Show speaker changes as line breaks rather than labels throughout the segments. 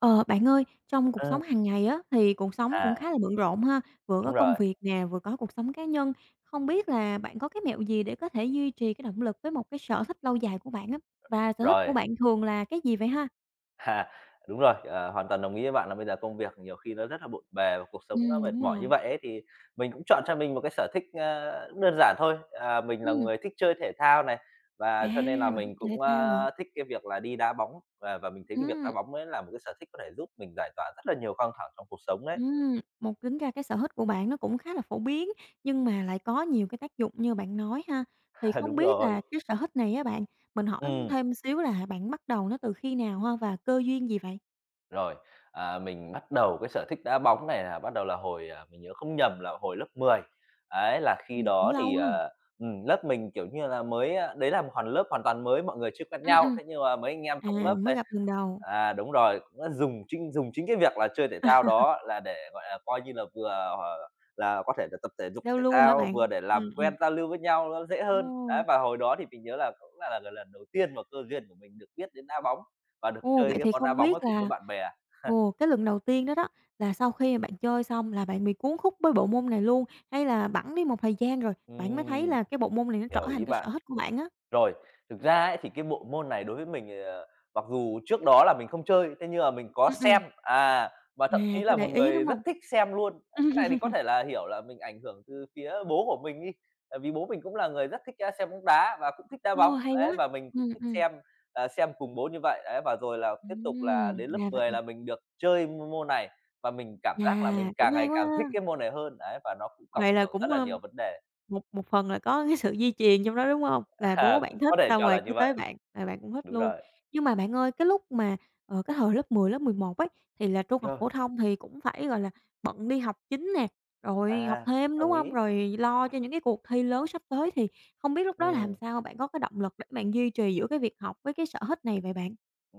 Ờ, Bạn ơi, trong cuộc
Ơ,
sống hàng ngày á, thì cuộc sống cũng
à,
khá là bận rộn ha, vừa có
đúng
công
rồi,
việc nè, vừa có cuộc sống cá nhân. Không biết là bạn có cái mẹo gì để có thể duy trì cái động lực với một cái sở thích lâu dài của bạn á? Và sở thích của
rồi,
bạn thường là cái gì vậy ha?
ha, đúng rồi, hoàn toàn đồng ý với bạn là bây giờ công việc nhiều khi nó rất là bộn bề và cuộc sống nó mệt
Đúng
mỏi như
rồi.
vậy ấy, thì mình cũng chọn cho mình một cái sở thích, cũng đơn giản thôi. À, mình là
Ừm,
người thích chơi thể thao này,
à,
và cho nên là
Bạn thích
mình
chơi thể
cũng,
thao hả?
a, thích cái việc là đi đá bóng, và mình thấy cái việc đá
Ừm.
bóng ấy là một cái sở thích có thể giúp mình giải tỏa rất là nhiều căng thẳng trong cuộc sống đấy.
Một Tính ra cái sở thích của bạn nó cũng khá là phổ biến, nhưng mà lại có nhiều cái tác dụng như bạn nói ha. Thì
À,
không
đúng
biết
rồi,
là cái sở thích này á bạn, mình hỏi
ừm.
thêm xíu là bạn bắt đầu nó từ khi nào ha và cơ duyên gì vậy?
Rồi, mình bắt đầu cái sở thích đá bóng này là bắt đầu là hồi, mình nhớ không nhầm là hồi lớp mười. Ấy, là khi
Cũng
đó
lâu
thì,
ha.
ờ, ừm, lớp mình, kiểu như là, mới đấy là một lớp hoàn toàn mới, mọi người chưa quen
Ừm,
nhau,
ừm,
thế nhưng mà mấy anh em trong
à,
lớp
Mới
đây,
gặp lần đầu.
à, đúng rồi, cũng đã dùng chính cái việc là chơi thể thao đó là để, gọi là, coi như là vừa, ờ, là có thể là tập thể dục
Giao
thể
lưu hả
thao,
bạn?
vừa để
Ừm,
làm
ừm.
quen, giao lưu với nhau nó dễ hơn.
Ồ,
Đấy, và hồi đó thì mình nhớ là cũng là lần đầu tiên mà cơ duyên của mình được biết đến đá bóng và được
ồ,
chơi
vậy
cái
thì
món đá
không
bóng ấy
biết
cùng với
là
bạn bè.
cái lần đầu tiên đó đó, là sau khi mà bạn chơi xong là bạn bị cuốn hút với bộ môn này luôn, hay là bẵng đi một thời gian rồi, bạn mới thấy
Ừm,
là cái bộ môn này nó trở
hiểu
thành
ý
cái
bạn.
sở thích của bạn á?
Rồi, thực ra ấy thì cái bộ môn này đối với mình, mặc dù trước đó là mình không chơi, thế nhưng mà mình có
Ừm,
xem,
ừm.
à, và thậm chí
À, có
là
để
một
ý,
người
đúng
rất
hông?
thích xem luôn. Cái này thì có thể là hiểu là mình ảnh hưởng từ phía bố của mình đi, tại vì bố mình cũng là người rất thích, xem bóng đá và cũng thích đá
Ô,
bóng,
hay quá!
đấy, và mình cũng
Ừm,
thích
ừm.
xem cùng bố như vậy. Đấy, và rồi là tiếp tục là đến lớp
Ra
10
vậy.
là mình được chơi môn này và mình cảm
À,
giác là mình
cũng
càng ngày
hay quá
càng thích
ha!
cái môn này hơn, đấy, và nó cũng cộng
Vậy là
hưởng rất
cũng,
là nhiều vấn đề.
một một phần là có cái sự di truyền trong đó, đúng hông? Là bố
À, cũng
bạn thích,
có thể
xong
cho là
rồi
như
cái tới
vậy,
bạn là bạn cũng thích
đúng
luôn.
rồi.
Nhưng mà bạn ơi, cái lúc mà, ờ, cái thời lớp 10 lớp 11 ấy, thì là trung học
Rồi,
phổ thông thì cũng phải, gọi là, bận đi học chính nè, rồi học
à,
thêm, đúng
đồng
hông?
ý.
Rồi lo cho những cái cuộc thi lớn sắp tới, thì không biết lúc đó làm
Ừm,
sao? Bạn có cái động lực để bạn duy trì giữa cái việc học với cái sở thích này vậy bạn?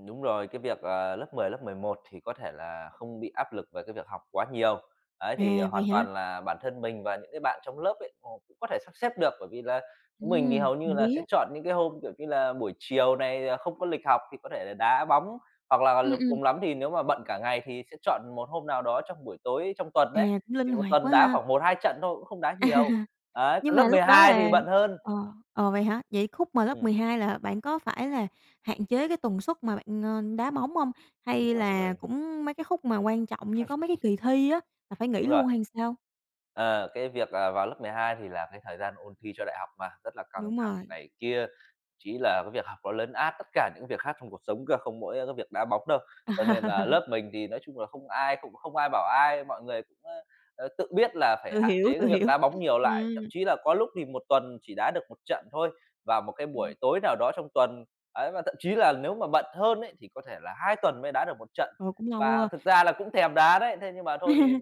đúng rồi, cái việc, lớp 11 thì có thể là không bị áp lực về cái việc học quá nhiều. Ấy, thì ờ,
À, vậy
hoàn
hả?
toàn là bản thân mình và những cái bạn trong lớp ấy, họ cũng có thể sắp xếp được, bởi vì là chúng mình thì
Ừm.
hầu như
Trộm
là sẽ
vía.
chọn những cái hôm, kiểu như là, buổi chiều này, à, không có lịch học thì có thể là đá bóng, hoặc là
Ừm, ừm.
cùng lắm thì nếu mà bận cả ngày thì sẽ chọn một hôm nào đó trong buổi tối trong tuần đấy,
À, cũng linh
thì một
hoạt
tuần
quá
đá
ha.
khoảng một hai trận thôi, cũng không đá nhiều.
À,
Ấy,
nhưng
còn lớp
mà lúc đó
12
là
thì bận hơn.
ờ, vậy hả? Vậy khúc mà lớp
Ừm,
12 là bạn có phải là hạn chế cái tần suất mà bạn, đá bóng hông?
đúng
Hay là
rồi,
cũng mấy cái khúc mà quan trọng như có mấy cái kỳ thi á, là phải nghỉ
đúng rồi.
luôn hay sao?
Ờ, cái việc, vào lớp 12 thì là cái thời gian ôn thi cho đại học mà, rất là căng
Đúng
thẳng
rồi.
này kia, chỉ là cái việc học nó lấn át tất cả những việc khác trong cuộc sống cơ, không mỗi cái việc đá bóng đâu. Cho nên là lớp mình thì nói chung là không ai cũng không ai bảo ai, mọi người cũng, tự biết là phải
Tự
hạn
hiểu,
chế
tự
cái việc
hiểu.
đá bóng nhiều lại,
Ừm,
thậm chí là có lúc thì một tuần chỉ đá được một trận thôi, vào một cái
ừm,
buổi tối nào đó trong tuần. Ấy, và thậm chí là nếu mà bận hơn ấy, thì có thể là 2 tuần mới đá được một trận,
ờ, Cũng lâu
và
ha.
thực ra là cũng thèm đá đấy, thế nhưng mà thôi thì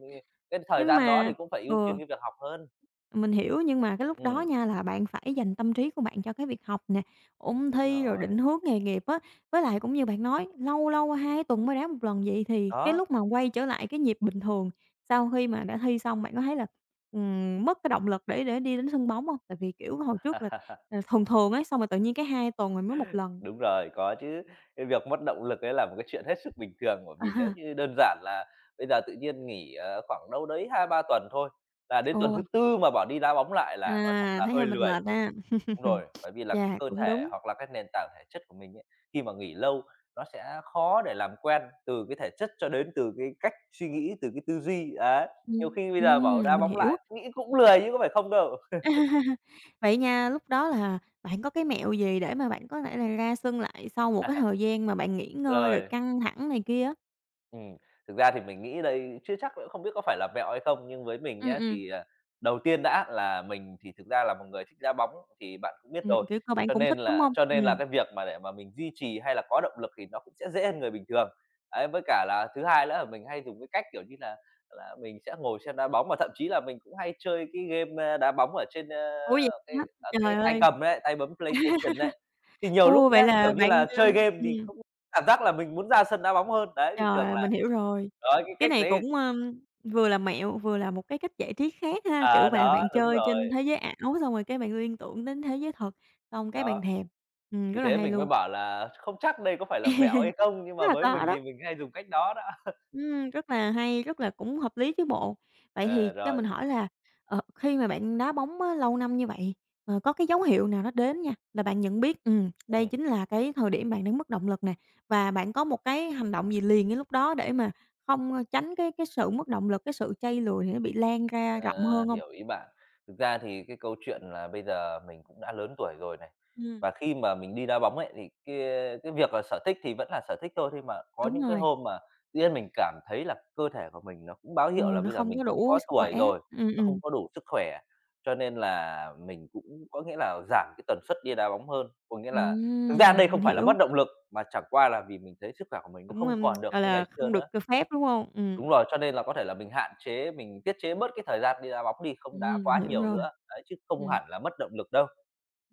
cái thời
Nhưng
gian đó
mà
thì cũng phải ưu tiên
ừ.
cái việc học hơn.
Mình hiểu, nhưng mà cái lúc đó
Ừm.
nha là bạn phải dành tâm trí của bạn cho cái việc học nè, ôn
Đúng
thi rồi
rồi.
định hướng nghề nghiệp á. Với lại cũng như bạn nói, lâu lâu 2 tuần mới đá một lần, vậy thì cái
Đó.
lúc mà quay trở lại cái nhịp bình thường sau khi mà đã thi xong, bạn có thấy là, mất cái động lực để đi đến sân bóng không? Tại vì, kiểu, hồi trước là, thường thường ấy, xong rồi tự nhiên cái hai tuần rồi mới một lần.
Đúng rồi, có chứ. Cái việc mất động lực ấy là một cái chuyện hết sức bình thường, bởi
À,
vì nếu như đơn giản là bây giờ tự nhiên nghỉ, khoảng đâu đấy hai ba tuần thôi, là đến tuần
ồ,
thứ tư mà bảo đi đá bóng lại là nói thật là
thấy hơi
hơi
mệt
lười.
mệt ha.
Đúng rồi, bởi vì là cái
Yeah,
cơ
cũng
thể
đúng.
hoặc là cái nền tảng thể chất của mình ấy, khi mà nghỉ lâu nó sẽ khó để làm quen từ cái thể chất cho đến từ cái cách suy nghĩ, từ cái tư duy, đấy. Nhiều khi bây giờ bảo đá
Mình
bóng
hiểu.
lại nghĩ cũng lười chứ có phải không đâu.
À, Vậy nha, lúc đó là bạn có cái mẹo gì để mà bạn có thể là ra sân lại sau một cái thời gian mà bạn nghỉ ngơi rồi
Rồi,
căng thẳng này kia á?
Ừm, thực ra thì mình nghĩ đây chưa chắc cũng không biết có phải là mẹo hay không, nhưng với mình
Ừm,
nhá,
ừm,
thì, à, đầu tiên đã là mình thì thực ra là một người thích đá bóng thì bạn cũng biết rồi,
Kiểu, cơ bạn
cho
cũng
nên
thích, đúng
là
không?
cho nên là
Ừm.
cái việc mà để mà mình duy trì hay là có động lực thì nó cũng sẽ dễ hơn người bình thường. Ấy, với cả là thứ hai nữa là mình hay dùng cái cách, kiểu như là, mình sẽ ngồi xem đá bóng mà thậm chí là mình cũng hay chơi cái game, đá bóng ở trên, ơ,
Ủa, vậy
cái,
hả?
ờ, cái
Trời
tay
ơi!
cầm đấy, tay bấm PlayStation đấy. Thì nhiều lúc
Ô, vậy
nhá,
là
kiểu như
bạn,
là,
ơ
chơi game thì
ừm,
cũng cảm giác là mình muốn ra sân đá bóng hơn. Đấy, thì
trời
thường
ơi, mình
là
hiểu rồi.
đó, cái
Cái
cách
này
đấy,
cũng, vừa là mẹo, vừa là một cái cách giải trí khác ha, kiểu
à,
vậy là
đó,
bạn
đúng
chơi
rồi,
trên thế giới ảo xong rồi cái bạn liên tưởng đến thế giới thật, xong cái bạn
đó,
thèm.
thì
Rất là
thế
hay
mình mới
luôn,
bảo là không chắc đây có phải là mẹo hay không, nhưng
rất
mà
là
với mình
có đó.
thì mình hay dùng cách đó đó.
Rất là hay, rất là cũng hợp lý chứ bộ. Vậy thì
Ờ,
cho
rồi,
mình hỏi là, khi mà bạn đá bóng á lâu năm như vậy, có cái dấu hiệu nào nó đến nha, là bạn nhận biết, đây
ừm.
chính là cái thời điểm bạn đang mất động lực nè, và bạn có một cái hành động gì liền cái lúc đó để mà không, tránh cái sự mất động lực, cái sự chây lùi thì nó bị lan ra rộng
À,
hơn không?
hiểu ý bạn. Thực ra thì cái câu chuyện là bây giờ mình cũng đã lớn tuổi rồi này,
Ừm.
và khi mà mình đi đá bóng ấy, thì cái việc là sở thích thì vẫn là sở thích thôi, nhưng mà có
Đúng
những cái
rồi,
hôm mà tự nhiên mình cảm thấy là cơ thể của mình nó cũng báo hiệu là
nó
bây giờ
không
mình
có
cũng
đủ
có
sức khỏe.
tuổi rồi,
Ừm,
nó không
ừm,
có đủ sức khỏe, cho nên là mình cũng có nghĩa là giảm cái tần suất đi đá bóng hơn. Có nghĩa là thực ra đây không
mình
phải là
hiểu,
mất động lực, mà chẳng qua là vì mình thấy sức khỏe của mình nó
cũng,
không còn được
gọi
như ngày
là,
xưa
không được,
nữa.
phép, đúng không?
Đúng rồi, cho nên là có thể là mình hạn chế, mình tiết chế bớt cái thời gian đi đá bóng đi, không đá
Mình
quá
hiểu
nhiều
rồi.
nữa, đấy, chứ không
Ừm.
hẳn là mất động lực đâu.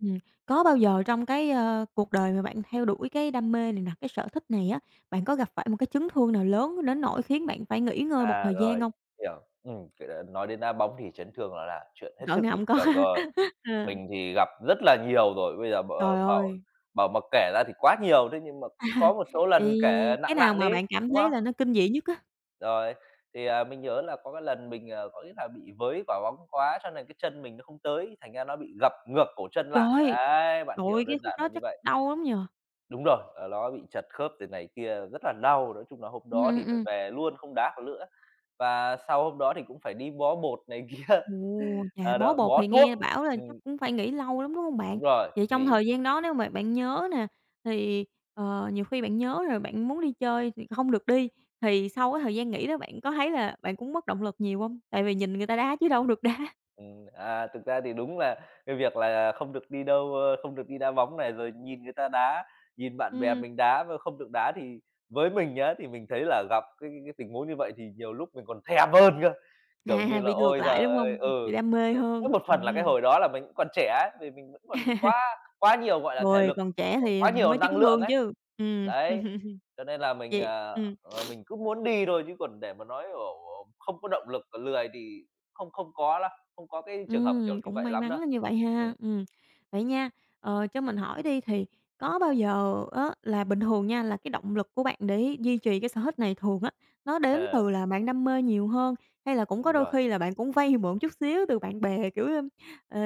Ừm, có bao giờ trong cái, cuộc đời mà bạn theo đuổi cái đam mê này nè, cái sở thích này á, bạn có gặp phải một cái chấn thương nào lớn đến nỗi khiến bạn phải nghỉ ngơi một
À,
thời gian
rồi,
không?
hiểu. Cái nói đến đá bóng thì chấn thương là chuyện hết
Cỡ
sức
nào
bình
hổng có
thường
ha.
rồi,
Ờ.
mình thì gặp rất là nhiều rồi, bây giờ
Trời
bảo
ơi!
bảo mà kể ra thì quá nhiều, thế nhưng mà cũng có một số lần
Thì
kể
cái
nặng
nào
nặng
mà
đi,
bạn cảm
đúng
thấy
không?
là nó kinh dị nhất á?
Rồi, thì, mình nhớ là có cái lần mình, có nghĩa là bị với quả bóng quá cho nên cái chân mình nó không tới, thành ra nó bị gập ngược cổ chân
Trời
lại,
ơi!
đấy, bạn
Trời ơi,
hiểu
cái
đơn
khúc
giản là
đó
như
chắc
vậy.
đau lắm nhỉ?
Đúng rồi, ờ, nó bị chật khớp rồi này kia, rất là đau. Nói chung là hôm
Ừm,
đó
ừm,
thì phải
ừm.
về luôn, không đá vào nữa. Và sau hôm đó thì cũng phải đi bó bột này kia,
Ồ, chà,
ờ,
bó
đó,
bột
bó
thì
thuốc.
nghe bảo là chắc
Ừm,
cũng phải nghỉ lâu lắm, đúng hông bạn?
đúng rồi,
Vậy trong
nghỉ.
thời gian đó nếu mà bạn nhớ nè, thì, nhiều khi bạn nhớ rồi bạn muốn đi chơi thì không được đi, thì sau cái thời gian nghỉ đó bạn có thấy là bạn cũng mất động lực nhiều hông? Tại vì nhìn người ta đá chứ đâu được đá.
Thực ra thì đúng là cái việc là không được đi đâu, không được đi đá bóng này, rồi nhìn người ta đá, nhìn bạn bè
Ừm,
mình đá mà không được đá thì với mình nhá, thì mình thấy là gặp cái tình huống như vậy thì nhiều lúc mình còn thèm hơn cơ. Kiểu như là,
bị ngược
ôi giời
lại, đúng hông?
ơi,
Bị
ừ,
đam mê
ừ,
hơn.
với một phần là cái hồi đó là mình cũng còn trẻ ấy, vì mình vẫn còn quá quá nhiều, gọi là, thể
Rồi
lực,
còn
ờ,
trẻ thì
quá nhiều
mới chấn
năng lượng
thương
ấy.
chứ. Ừm.
Đấy, cho nên là mình,
Vậy
ờ,
ừm.
ờ, mình cứ muốn đi thôi chứ còn để mà nói, ồ, không có động lực, lười thì không không có lắm không có cái trường hợp kiểu như
Cũng
vậy
may
lắm đâu.
mắn như vậy
Ừm,
ha. Vậy nha, cho mình hỏi đi thì có bao giờ á là bình thường nha, là cái động lực của bạn để duy trì cái sở thích này thường á, nó đến từ là bạn đam mê nhiều hơn, hay là cũng có
đúng
đôi
rồi,
khi là bạn cũng vay mượn chút xíu từ bạn bè, kiểu, ờ,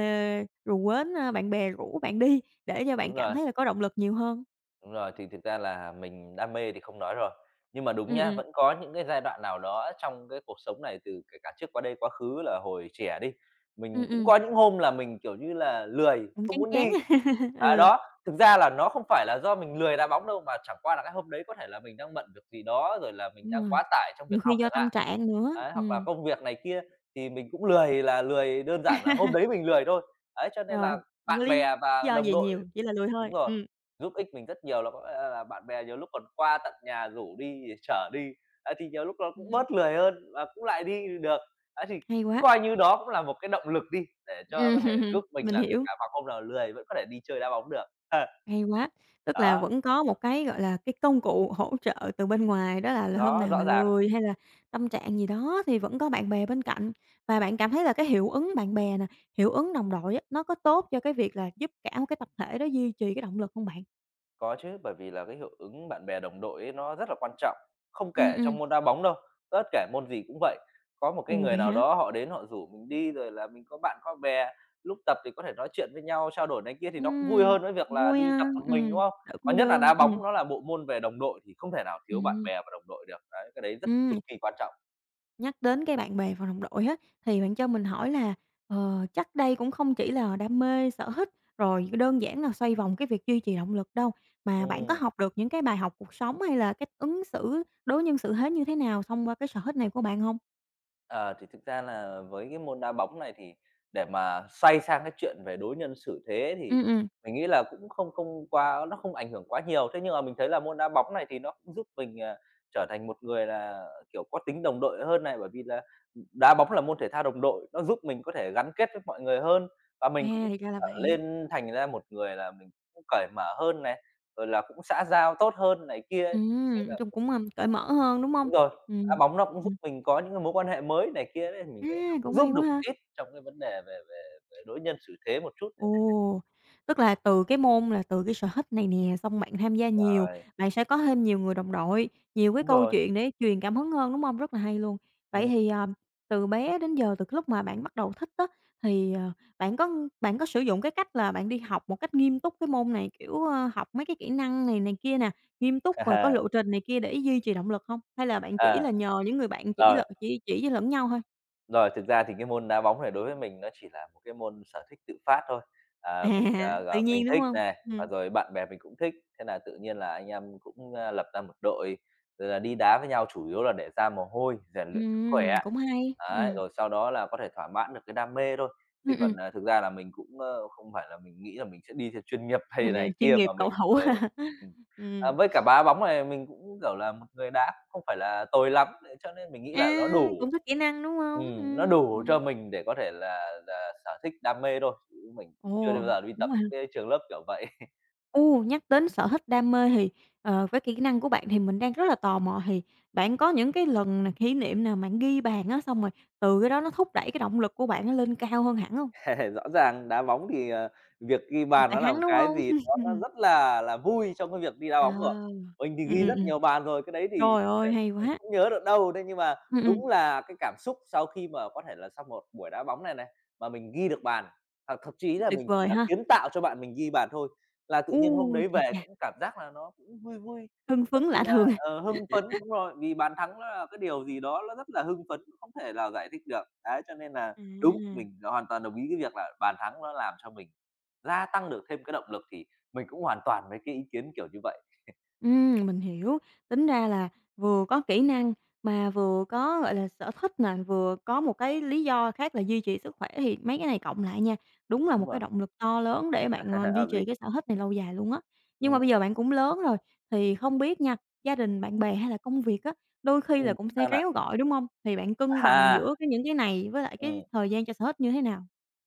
rủ quến, bạn bè rủ bạn đi để cho bạn
đúng
cảm
rồi.
thấy là có động lực nhiều hơn?
Đúng rồi, thì thực ra là mình đam mê thì không nói rồi. Nhưng mà đúng
Ừm,
nhá,
ừm,
vẫn có những cái giai đoạn nào đó trong cái cuộc sống này từ kể cả trước qua đây quá khứ là hồi trẻ đi,
ừm,
mình cũng
ừm,
có những hôm là mình, kiểu như là, lười,
Cũng
không
chán
muốn
chán.
đi. À,
Ừ,
đó, thực ra là nó không phải là do mình lười đá bóng đâu, mà chẳng qua là cái hôm đấy có thể là mình đang bận việc gì đó, rồi là mình
đúng
đang
rồi,
quá tải trong việc
nhiều khi
học
do
chẳng
tâm
hạn.
trạng nữa.
Đấy, hoặc là công việc này kia thì mình cũng lười là lười đơn giản là hôm đấy mình lười thôi. Đấy, cho nên
Rồi,
là
hông có
bạn
lý
bè và
do
đồng
gì
đội,
nhiều, chỉ là lười
đúng
thôi.
rồi,
Ừm.
giúp ích mình rất nhiều, là có lẽ là bạn bè nhiều lúc còn qua tận nhà rủ đi, để chở đi, á, thì nhiều lúc nó cũng
Ừm,
bớt lười hơn và cũng lại đi được. Á, thì
Hay
cũng
quá.
coi như đó cũng là một cái động lực đi, để cho có thể
Ừm,
giúp mình
mình
là kể
hiểu.
cả vào hôm nào lười vẫn có thể đi chơi đá bóng được.
Hay quá, tức là vẫn có một cái, gọi là, cái công cụ hỗ trợ từ bên ngoài, đó là hôm
Đó,
nào
đó,
mà
rõ ràng.
lười hay là tâm trạng gì đó thì vẫn có bạn bè bên cạnh. Và bạn cảm thấy là cái hiệu ứng bạn bè nè, hiệu ứng đồng đội á, nó có tốt cho cái việc là giúp cả một cái tập thể đó duy trì cái động lực hông bạn?
Có chứ, bởi vì là cái hiệu ứng bạn bè đồng đội ấy nó rất là quan trọng, không
Ừm,
kể trong
ừm.
môn đá bóng đâu, tất cả môn gì cũng vậy. Có một cái
Ồ,
người
vậy
nào
hả?
đó họ đến họ rủ mình đi rồi là mình có bạn có bè, lúc tập thì có thể nói chuyện với nhau, trao đổi này kia thì nó cũng vui
Ừm,
hơn với việc là
Vui
đi tập
ha,
một mình, đúng không?
đỡ
Và
cô
nhất là
đơn,
đá
ừm.
bóng nó là bộ môn về đồng đội thì không thể nào thiếu bạn
Ừm,
bè và đồng đội được, đấy, cái đấy rất
ừm.
cực kỳ quan trọng.
Nhắc đến cái bạn bè và đồng đội á, thì bạn cho mình hỏi là, chắc đây cũng không chỉ là đam mê, sở thích, rồi đơn giản là xoay vòng cái việc duy trì động lực đâu, mà bạn có
Ừm.
học được những cái bài học cuộc sống hay là cách ứng xử, đối nhân xử thế như thế nào thông qua cái sở thích này của bạn không?
Ờ, thì thực ra là với cái môn đá bóng này thì để mà xoay sang cái chuyện về đối nhân xử thế thì
Ừm, ừm.
mình nghĩ là cũng không không quá, nó không ảnh hưởng quá nhiều. Thế nhưng mà mình thấy là môn đá bóng này thì nó cũng giúp mình, trở thành một người là, kiểu, có tính đồng đội hơn này, bởi vì là, đá bóng là môn thể thao đồng đội, nó giúp mình có thể gắn kết với mọi người hơn và
À,
mình cũng
thì ra là
trở
vậy.
lên thành ra một người là mình cũng cởi mở hơn này, rồi là cũng xã giao tốt hơn này kia. Thế
Nói
là
chung cũng, cởi mở hơn, đúng không?
Đúng rồi, đá
Ừm,
bóng nó cũng giúp
ừm.
mình có những cái mối quan hệ mới này kia đấy, mình thấy nó
A,
cũng
cũng
giúp
hay
được
quá ha!
ít trong cái vấn đề về về về đối nhân xử thế một chút.
Ồ, tức là từ cái sở thích này nè, xong bạn tham gia nhiều,
Rồi,
bạn sẽ có thêm nhiều người đồng đội, nhiều cái
đúng
câu
rồi,
chuyện để truyền cảm hứng hơn, đúng hông? Rất là hay luôn. Vậy
ừm,
thì, từ bé đến giờ, từ cái lúc mà bạn bắt đầu thích á, thì, bạn có bạn có sử dụng cái cách là bạn đi học một cách nghiêm túc cái môn này, kiểu, học mấy cái kỹ năng này này kia nè, nghiêm túc rồi có
à,
lộ trình này kia để duy trì động lực hông? Hay là bạn chỉ
à.
là nhờ những người bạn chỉ
Rồi.
lợ chỉ cho lẫn nhau thôi?
Rồi, thực ra thì cái môn đá bóng này đối với mình nó chỉ là một cái môn sở thích tự phát thôi. À, mình,
À,
ờ,
tự
ờ, mình
nhiên, đúng
thích
hông?
này, và
Ừm,
rồi bạn bè mình cũng thích, thế là tự nhiên là anh em cũng, lập ra một đội, rồi là đi đá với nhau chủ yếu là để ra mồ hôi, rèn luyện sức khỏe.
cũng hay,
Đấy,
ừm.
rồi sau đó là có thể thỏa mãn được cái đam mê thôi,
Ừm,
chứ
ừm,
còn, thực ra là mình cũng, không phải là mình nghĩ là mình sẽ đi theo chuyên nghiệp hay
Thành ra
này
chuyên
kia
nghiệp
mà
cầu
mình
thủ.
ờ, ừm. À,
Ừm,
với cả đá bóng này mình cũng, kiểu là, một người đá cũng không phải là tồi lắm, cho nên mình nghĩ là nó đủ.
Cũng có kỹ năng, đúng hông?
Nó đủ cho mình để có thể là sở thích, đam mê thôi, chứ mình
Ồ,
cũng chưa bao giờ đi
Đúng
tập
rồi ha.
cái trường lớp kiểu vậy.
Ô, nhắc đến sở thích đam mê thì, với kỹ năng của bạn thì mình đang rất là tò mò, thì bạn có những cái lần nào, kỷ niệm nào bạn ghi bàn á, xong rồi từ cái đó nó thúc đẩy cái động lực của bạn nó lên cao hơn hẳn hông?
Rõ ràng đá bóng thì, việc ghi
Cũng
bàn
phải
nó là một
thắng, đúng
cái
hông?
gì đó nó rất là vui trong cái việc đi đá
Ờ,
bóng rồi. Mình thì ghi rất
ừm.
nhiều bàn rồi, cái đấy thì
Trời
có thể
ơi, hay
mình
quá!
không nhớ được đâu. Thế nhưng mà
Ừm, ừm,
đúng là cái cảm xúc sau khi mà có thể là sau một buổi đá bóng này này, mà mình ghi được bàn, hoặc thậm chí là
Tuyệt
mình chỉ
vời
là
ha.
kiến tạo cho bạn mình ghi bàn thôi, là tự
U,
nhiên hôm đấy
chà
về
chà,
cũng cảm giác là nó cũng vui vui,
hưng phấn
bởi vì
lạ
là,
thường.
hưng phấn đúng rồi, vì bàn thắng nó là cái điều gì đó nó rất là hưng phấn, không thể nào giải thích được. Đấy, cho nên là
À.
đúng, mình hoàn toàn đồng ý cái việc là bàn thắng nó làm cho mình gia tăng được thêm cái động lực, thì mình cũng hoàn toàn với cái ý kiến kiểu như vậy.
Mình hiểu. Tính ra là vừa có kỹ năng mà vừa có, gọi là, sở thích nè, vừa có một cái lý do khác là duy trì sức khỏe thì mấy cái này cộng lại nha, đúng là một
Đúng
cái
rồi,
động lực to lớn để bạn, duy
hợp lý.
trì cái sở thích này lâu dài luôn á. Nhưng mà
Ừm,
bây giờ bạn cũng lớn rồi, thì không biết nha, gia đình, bạn bè hay là công việc á, đôi khi là cũng sẽ
sao nào?
réo gọi, đúng không? Thì bạn cân bằng
À,
giữa cái những cái này với lại cái
ừm,
thời gian cho sở thích như thế nào?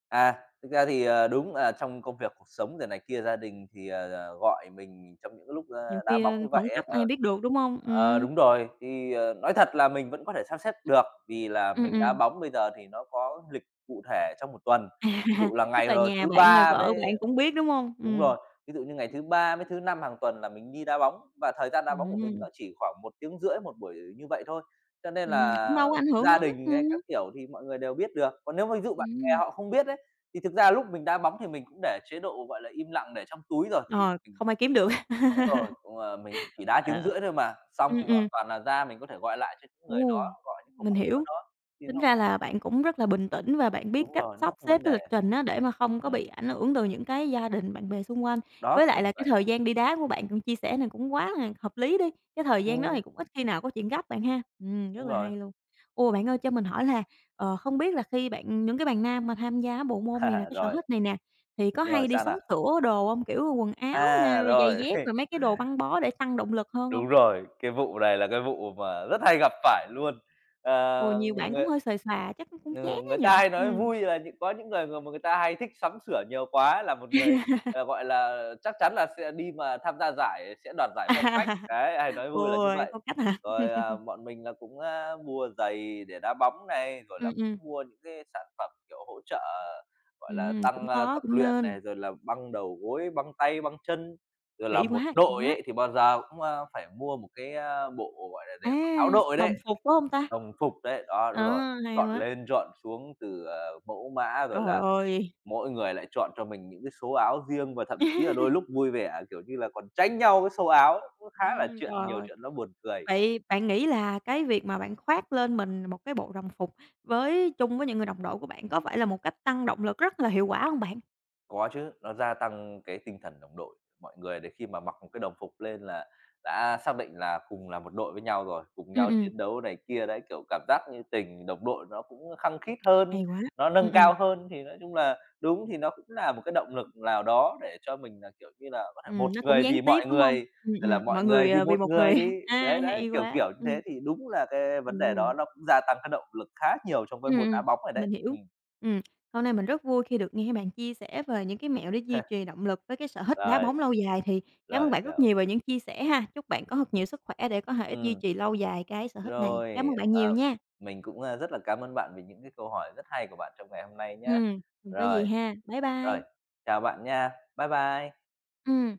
thực ra thì, đúng là trong công việc, cuộc sống rồi này kia, gia đình thì, gọi mình trong những cái lúc,
Nhiều
đá
khi,
bóng như
khẩn
vậy
cấp
ấy,
ai biết được, đúng không? Ừ
đúng rồi, thì, nói thật là mình vẫn có thể sắp xếp được, vì là
ừ
mình đá
ừm.
bóng bây giờ thì nó có lịch cụ thể trong một tuần.
À,
Ví dụ là ngày,
tức là
ờ,
nhà
thứ
bạn, người
Ba
vợ
với
bạn cũng biết, đúng không?
Đúng
Ừm.
rồi, ví dụ như ngày thứ Ba với thứ Năm hàng tuần là mình đi đá bóng và thời gian đá bóng của mình
Ừm,
nó chỉ khoảng một tiếng rưỡi một buổi như vậy thôi, cho nên
Cũng
là
đâu có ảnh hưởng
gia
lắm,
đình hay các kiểu thì mọi người đều biết được. Còn nếu mà ví dụ bạn bè
ừm.
họ không biết ấy, thì thực ra lúc mình đá bóng thì mình cũng để chế độ, gọi là, im lặng để trong túi rồi thì
Ờ,
mình,
không ai kiếm được.
đúng rồi, mình chỉ đá tiếng
Ờ.
rưỡi thôi mà, xong
Ừm,
thì hoàn
ừm,
toàn là ra mình có thể gọi lại cho những người
ồ,
đó, gọi những cuộc
mình
gọi nhỡ
hiểu.
đó, thì
Tính
nó,
ra là bạn cũng rất là bình tĩnh và bạn biết
đúng
cách
rồi,
sắp
nó không
xếp
vấn
cái
đề.
lịch trình á, để mà không có
Ừm,
bị ảnh hưởng từ những cái gia đình, bạn bè xung quanh. Với
đó, kiểu
lại là
như
cái
vậy.
thời gian đi đá của bạn cũng chia sẻ này cũng quá là hợp lý đi, cái thời gian đó
Ừm,
thì cũng ít khi nào có chuyện gấp bạn ha. Rất
đúng
là
rồi.
hay luôn. Ồ, bạn ơi cho mình hỏi là, không biết là khi những cái bạn nam mà tham gia bộ môn này là cái sở
Rồi,
thích này nè, thì có
rồi
hay đi
sao
sắm
nào?
sửa đồ không? Kiểu, quần áo nè,
À,
rồi giày
rồi,
dép, rồi mấy cái đồ băng bó để tăng động lực hơn không?
đúng rồi, cái vụ này là cái vụ mà rất hay gặp phải luôn.
Ồ,
Ờ,
nhiều bạn
người
cũng hơi xề xòa chắc cũng chán
Ừ,
á
người
nhở?
ta hay nói
Ừm.
vui là có những người người mà người ta hay thích sắm sửa nhiều quá là một người, gọi là, chắc chắn là sẽ đi mà tham gia giải sẽ đoạt
À.
giải phong cách, đấy, hay nói vui là như
Ôi,
vậy.
phong cách hả?
Rồi, bọn mình là cũng, mua giày để đá bóng này, rồi
Ừm,
là
ừm,
cũng mua những cái sản phẩm, kiểu, hỗ trợ, gọi là,
Cũng
tăng,
có,
tập
cũng
luyện
nên.
này, rồi là băng đầu gối, băng tay, băng chân. Rồi là
Kỹ
một
quá, kỹ
đội
quá.
ấy thì bao giờ cũng, phải mua một cái, bộ, gọi là, để
À,
mặc áo đội
đồng
đấy.
phục phải không ta?
Đồng phục đấy, đó, đúng rồi,
Ờ, hay
chọn
quá.
lên chọn xuống từ, mẫu mã, rồi
Trời
là
ơi!
mỗi người lại chọn cho mình những cái số áo riêng và thậm chí là đôi lúc vui vẻ, kiểu như là, còn tranh nhau cái số áo ấy, cũng khá là
Trời
chuyện nhiều
ơi!
chuyện nó buồn cười.
Vậy bạn nghĩ là cái việc mà bạn khoác lên mình một cái bộ đồng phục với chung với những người đồng đội của bạn có phải là một cách tăng động lực rất là hiệu quả không bạn?
Có chứ, nó gia tăng cái tinh thần đồng đội. Mọi người để khi mà mặc một cái đồng phục lên là đã xác định là cùng là một đội với nhau rồi, cùng
Ừm,
nhau
ừm,
chiến đấu này kia đấy, kiểu, cảm giác như tình đồng đội nó cũng khăng khít hơn,
Hay quá.
nó
Ừm,
nâng
ừm,
cao hơn. Thì nói chung là đúng, thì nó cũng là một cái động lực nào đó để cho mình là, kiểu như là, có thể một
nó cũng
người
gián
vì
tiếp,
mọi
đúng không?
người, rồi là mọi
Mọi
người
người,
vì
vì
một
một người.
người đi.
A,
Đấy, đấy,
hay
kiểu,
quá!
kiểu như
Ừm.
thế thì đúng là cái vấn đề đó
Ồ.
nó cũng gia tăng cái động lực khá nhiều trong cái
Ừm,
môn đá
ừm,
bóng này đấy.
mình hiểu.
Ừm.
Ừm, Hôm nay mình rất vui khi được nghe bạn chia sẻ về những cái mẹo để duy trì động lực với cái sở thích đá
Rồi,
bóng lâu dài, thì cảm ơn
rồi,
bạn rất
hiểu.
nhiều về những chia sẻ ha. Chúc bạn có thật nhiều sức khỏe để có thể duy
Ừm.
trì lâu dài cái sở thích này. Cảm
Rồi,
ơn bạn nhiều nha.
mình cũng, rất là cảm ơn bạn vì những cái câu hỏi rất hay của bạn trong ngày hôm nay nhé.
Ừm. Hông có
Rồi,
gì ha. Bye
rồi,
bye.
chào bạn nha. Bye bye.
Ừm.